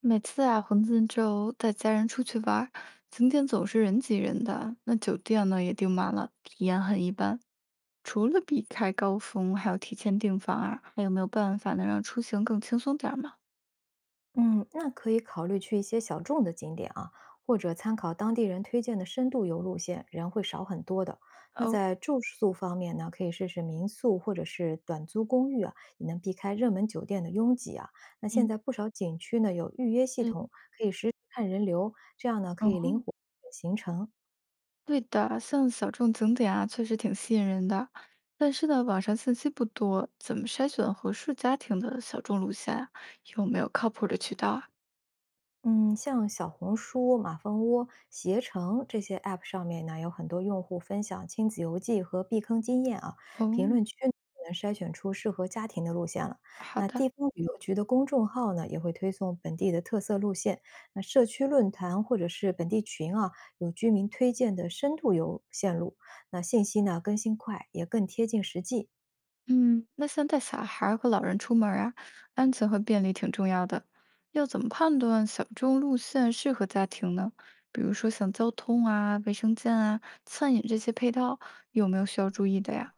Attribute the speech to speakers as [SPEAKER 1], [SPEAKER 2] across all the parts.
[SPEAKER 1] 每次啊，黄金周带家人出去玩儿，景点总是人挤人的，那酒店呢也订满了，体验很一般。除了避开高峰，还有提前订房啊，还有没有办法能让出行更轻松点儿吗？
[SPEAKER 2] 嗯，那可以考虑去一些小众的景点啊，或者参考当地人推荐的深度游路线，人会少很多的。那
[SPEAKER 1] 哦，
[SPEAKER 2] 在住宿方面呢，可以试试民宿或者是短租公寓啊，也能避开热门酒店的拥挤啊。那现
[SPEAKER 1] 嗯，
[SPEAKER 2] 在不少景区呢有预约系
[SPEAKER 1] 嗯，
[SPEAKER 2] 统，可以实时看人流，这样呢可
[SPEAKER 1] 哦，
[SPEAKER 2] 以灵活行程。
[SPEAKER 1] 对的，像小众景点啊，确实挺吸引人的，但是呢，网上信息不多，怎么筛选合适家庭的小众路线啊？有没有靠谱的渠道啊？
[SPEAKER 2] 嗯，像小红书、马蜂窝、携程这些 App 上面呢，有很多用户分享亲子游记和避坑经验啊，评
[SPEAKER 1] 哦，
[SPEAKER 2] 论区呢能筛选出适合家庭的路线了。
[SPEAKER 1] 好
[SPEAKER 2] 那
[SPEAKER 1] 的。
[SPEAKER 2] 地方旅游局的公众号呢，也会推送本地的特色路线。那社区论坛或者是本地群啊，有居民推荐的深度游线路。那信息呢更新快，也更贴近实际。
[SPEAKER 1] 嗯，那像带小孩儿和老人出门儿啊，安全和便利挺重要的。要怎么判断小众路线适合家庭呢？比如说像交通啊、卫生间啊、餐饮这些配套，有没有需要注意的呀？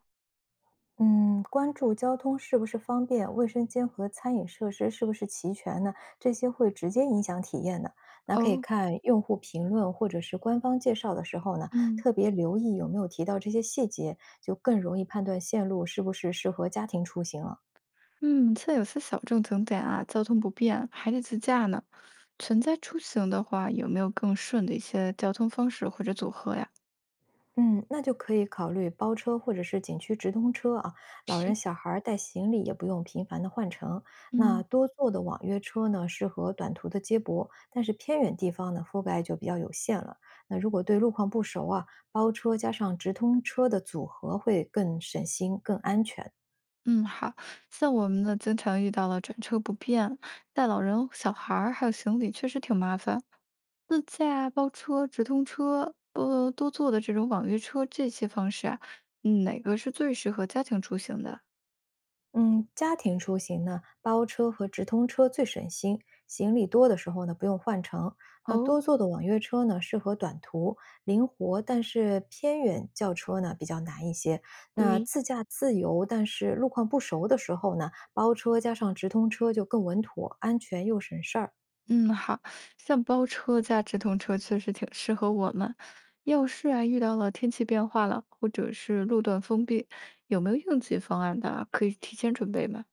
[SPEAKER 2] 嗯，关注交通是不是方便，卫生间和餐饮设施是不是齐全呢？这些会直接影响体验的。那可以
[SPEAKER 1] 哦，
[SPEAKER 2] 看用户评论或者是官方介绍的时候呢，
[SPEAKER 1] 嗯
[SPEAKER 2] 特别留意有没有提到这些细节，就更容易判断线路是不是适合家庭出行了。
[SPEAKER 1] 嗯，像有些小众景点啊，交通不便，还得自驾呢。存在出行的话，有没有更顺的一些交通方式或者组合呀？
[SPEAKER 2] 嗯，那就可以考虑包车或者是景区直通车啊，老人、
[SPEAKER 1] 是，
[SPEAKER 2] 小孩儿带行李也不用频繁的换乘。那
[SPEAKER 1] 嗯。
[SPEAKER 2] 多座的网约车呢，适合短途的接驳，但是偏远地方呢，覆盖就比较有限了。那如果对路况不熟啊，包车加上直通车的组合会更省心、更安全。
[SPEAKER 1] 嗯，好，像我们呢，经常遇到了转车不便，带老人、小孩儿还有行李，确实挺麻烦。自驾啊、包车、直通车，多坐的这种网约车，这些方式啊，嗯，哪个是最适合家庭出行的？
[SPEAKER 2] 嗯，家庭出行呢，包车和直通车最省心，行李多的时候呢不用换乘。那
[SPEAKER 1] 哦，
[SPEAKER 2] 多座的网约车呢适合短途，灵活，但是偏远轿车呢比较难一些。那
[SPEAKER 1] 对，
[SPEAKER 2] 自驾自由，但是路况不熟的时候呢，包车加上直通车就更稳妥、安全又省事儿。
[SPEAKER 1] 嗯，好，像包车加直通车确实挺适合我们。要是啊遇到了天气变化了，或者是路段封闭，有没有应急方案的啊？可以提前准备吗？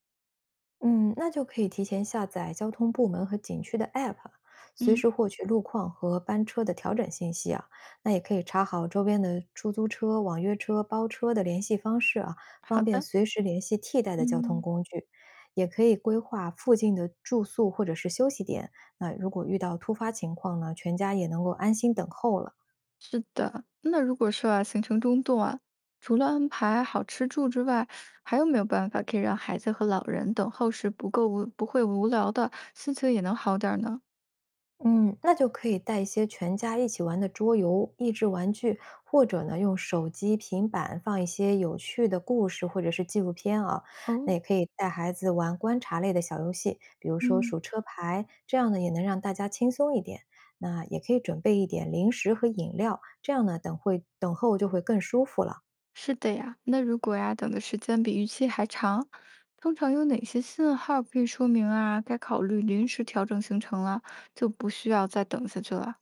[SPEAKER 2] 嗯，那就可以提前下载交通部门和景区的 App，啊随
[SPEAKER 1] 嗯，
[SPEAKER 2] 时获取路况和班车的调整信息啊。那也可以查好周边的出租车、网约车、包车的联系方式啊，
[SPEAKER 1] 好
[SPEAKER 2] 方便
[SPEAKER 1] 的。
[SPEAKER 2] 随时联系替代的交通
[SPEAKER 1] 嗯，
[SPEAKER 2] 工具。也可以规划附近的住宿或者是休息点。那如果遇到突发情况呢，全家也能够安心等候了。
[SPEAKER 1] 是的，那如果说啊，行程中断啊，除了安排好吃住之外，还有没有办法可以让孩子和老人等候时不够无不会无聊的，心情也能好点儿呢？
[SPEAKER 2] 嗯，那就可以带一些全家一起玩的桌游、益智玩具，或者呢，用手机、平板放一些有趣的故事或者是纪录片啊。那
[SPEAKER 1] 哦，
[SPEAKER 2] 也可以带孩子玩观察类的小游戏，比如说
[SPEAKER 1] 嗯，
[SPEAKER 2] 数车牌，这样呢也能让大家轻松一点。那也可以准备一点零食和饮料，这样呢等会等候就会更舒服了。
[SPEAKER 1] 是的呀。那如果呀，等的时间比预期还长，通常有哪些信号可以说明啊，该考虑临时调整行程了，就不需要再等下去了？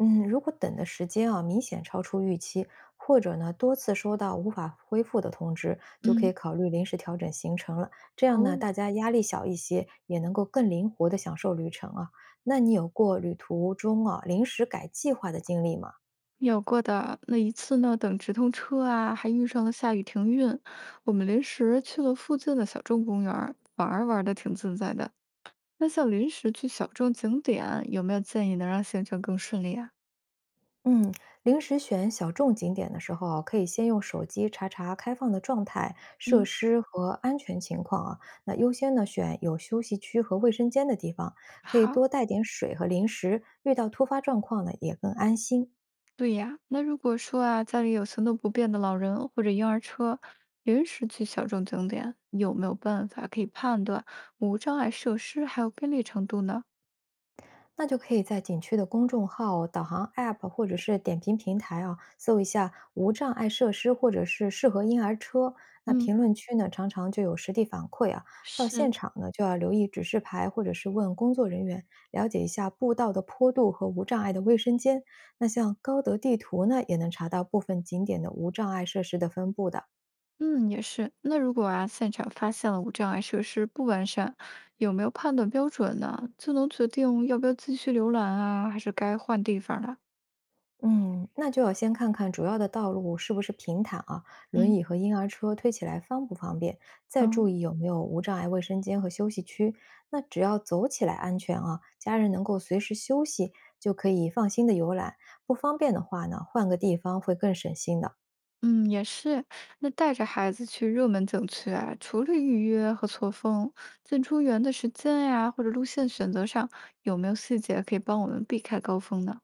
[SPEAKER 2] 嗯，如果等的时间啊明显超出预期，或者呢多次收到无法恢复的通知，就可以
[SPEAKER 1] 嗯，
[SPEAKER 2] 考虑临时调整行程了。这样呢，
[SPEAKER 1] 哦，
[SPEAKER 2] 大家压力小一些，也能够更灵活的享受旅程啊。那你有过旅途中啊临时改计划的经历吗？
[SPEAKER 1] 有过的那一次呢，等直通车啊，还遇上了下雨停运，我们临时去了附近的小众公园儿，玩儿玩的挺自在的。那像临时去小众景点，有没有建议能让行程更顺利啊？
[SPEAKER 2] 嗯，临时选小众景点的时候啊可以先用手机查查开放的状态、设
[SPEAKER 1] 嗯，
[SPEAKER 2] 施和安全情况啊。那优先呢选有休息区和卫生间的地方，可以
[SPEAKER 1] 好，
[SPEAKER 2] 多带点水和零食，遇到突发状况呢也更安心。
[SPEAKER 1] 对呀。那如果说啊，家里有行动不便的老人或者婴儿车，临时去小众景点，有没有办法可以判断无障碍设施还有便利程度呢？
[SPEAKER 2] 那就可以在景区的公众号、导航 App 或者是点评平台啊，搜一下无障碍设施或者是适合婴儿车。那
[SPEAKER 1] 嗯，
[SPEAKER 2] 评论区呢，常常就有实地反馈啊。到现
[SPEAKER 1] 是。
[SPEAKER 2] 场呢，就要留意指示牌，或者是问工作人员，了解一下步道的坡度和无障碍的卫生间。那像高德地图呢，也能查到部分景点的无障碍设施的分布的。
[SPEAKER 1] 嗯，也是。那如果啊，现场发现了无障碍设施不完善，有没有判断标准呢？就能决定要不要继续浏览啊，还是该换地方了？
[SPEAKER 2] 嗯，那就要先看看主要的道路是不是平坦啊，轮
[SPEAKER 1] 嗯，
[SPEAKER 2] 椅和婴儿车推起来方不方便，再
[SPEAKER 1] 哦，
[SPEAKER 2] 注意有没有无障碍卫生间和休息区。那只要走起来安全啊，家人能够随时休息，就可以放心的游览。不方便的话呢，换个地方会更省心的。
[SPEAKER 1] 嗯，也是。那带着孩子去热门景区啊，除了预约和错峰，进出园的时间呀，或者路线选择上，有没有细节可以帮我们避开高峰呢？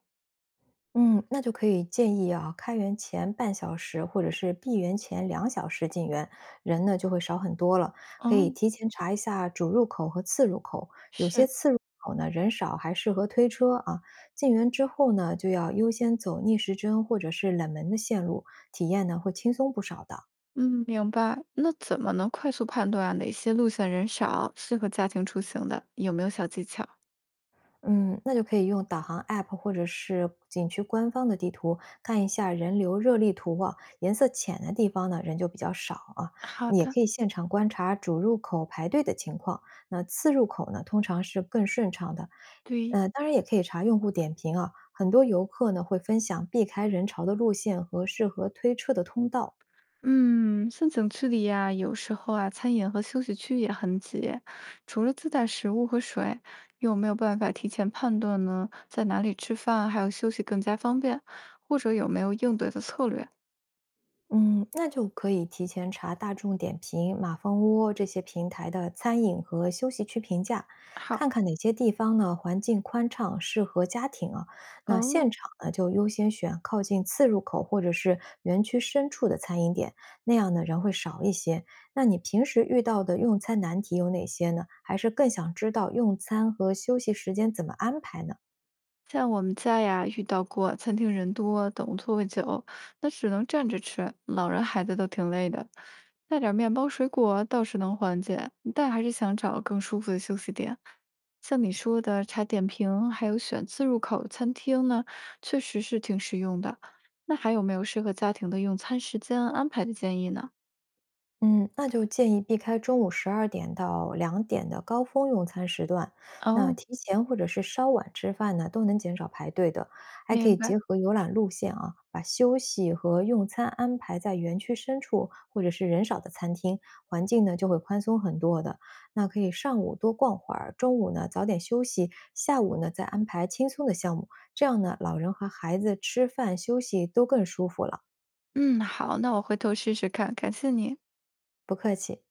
[SPEAKER 2] 嗯，那就可以建议啊，开园前半小时或者是闭园前2小时进园，人呢就会少很多了。可以
[SPEAKER 1] 哦，
[SPEAKER 2] 提前查一下主入口和次入口，有些
[SPEAKER 1] 是，
[SPEAKER 2] 次入口呢人少，还适合推车啊。进园之后呢，就要优先走逆时针或者是冷门的线路，体验呢会轻松不少的。
[SPEAKER 1] 嗯，明白。那怎么能快速判断啊哪些路线人少，适合家庭出行的？有没有小技巧？
[SPEAKER 2] 嗯，那就可以用导航 App 或者是景区官方的地图看一下人流热力图啊，颜色浅的地方呢人就比较少啊。
[SPEAKER 1] 好
[SPEAKER 2] 也
[SPEAKER 1] 的，
[SPEAKER 2] 可以现场观察主入口排队的情况，那次入口呢通常是更顺畅的。
[SPEAKER 1] 对，
[SPEAKER 2] 当然也可以查用户点评啊，很多游客呢会分享避开人潮的路线和适合推车的通道。
[SPEAKER 1] 嗯，像景区里呀，有时候啊，餐饮和休息区也很挤，除了自带食物和水，又没有办法提前判断呢？在哪里吃饭还有休息更加方便，或者有没有应对的策略？
[SPEAKER 2] 嗯，那就可以提前查大众点评、马蜂窝这些平台的餐饮和休息区评价，
[SPEAKER 1] 好，
[SPEAKER 2] 看看哪些地方呢环境宽敞，适合家庭啊。那现
[SPEAKER 1] 哦，
[SPEAKER 2] 场呢就优先选靠近次入口或者是园区深处的餐饮点，那样呢人会少一些。那你平时遇到的用餐难题有哪些呢？还是更想知道用餐和休息时间怎么安排呢？
[SPEAKER 1] 像我们家呀，遇到过餐厅人多，等座位久，那只能站着吃，老人孩子都挺累的。带点儿面包水果倒是能缓解，但还是想找更舒服的休息点。像你说的查点评，还有选自入口餐厅呢，确实是挺实用的。那还有没有适合家庭的用餐时间安排的建议呢？
[SPEAKER 2] 嗯，那就建议避开中午12点到2点的高峰用餐时段。那
[SPEAKER 1] 哦，
[SPEAKER 2] 提前或者是稍晚吃饭呢，都能减少排队的。还可
[SPEAKER 1] 明
[SPEAKER 2] 以
[SPEAKER 1] 白。
[SPEAKER 2] 结合游览路线啊，把休息和用餐安排在园区深处或者是人少的餐厅，环境呢就会宽松很多的。那可以上午多逛会儿，中午呢早点休息，下午呢再安排轻松的项目，这样呢老人和孩子吃饭休息都更舒服了。
[SPEAKER 1] 嗯，好，那我回头试试看，感谢你。
[SPEAKER 2] 不客气。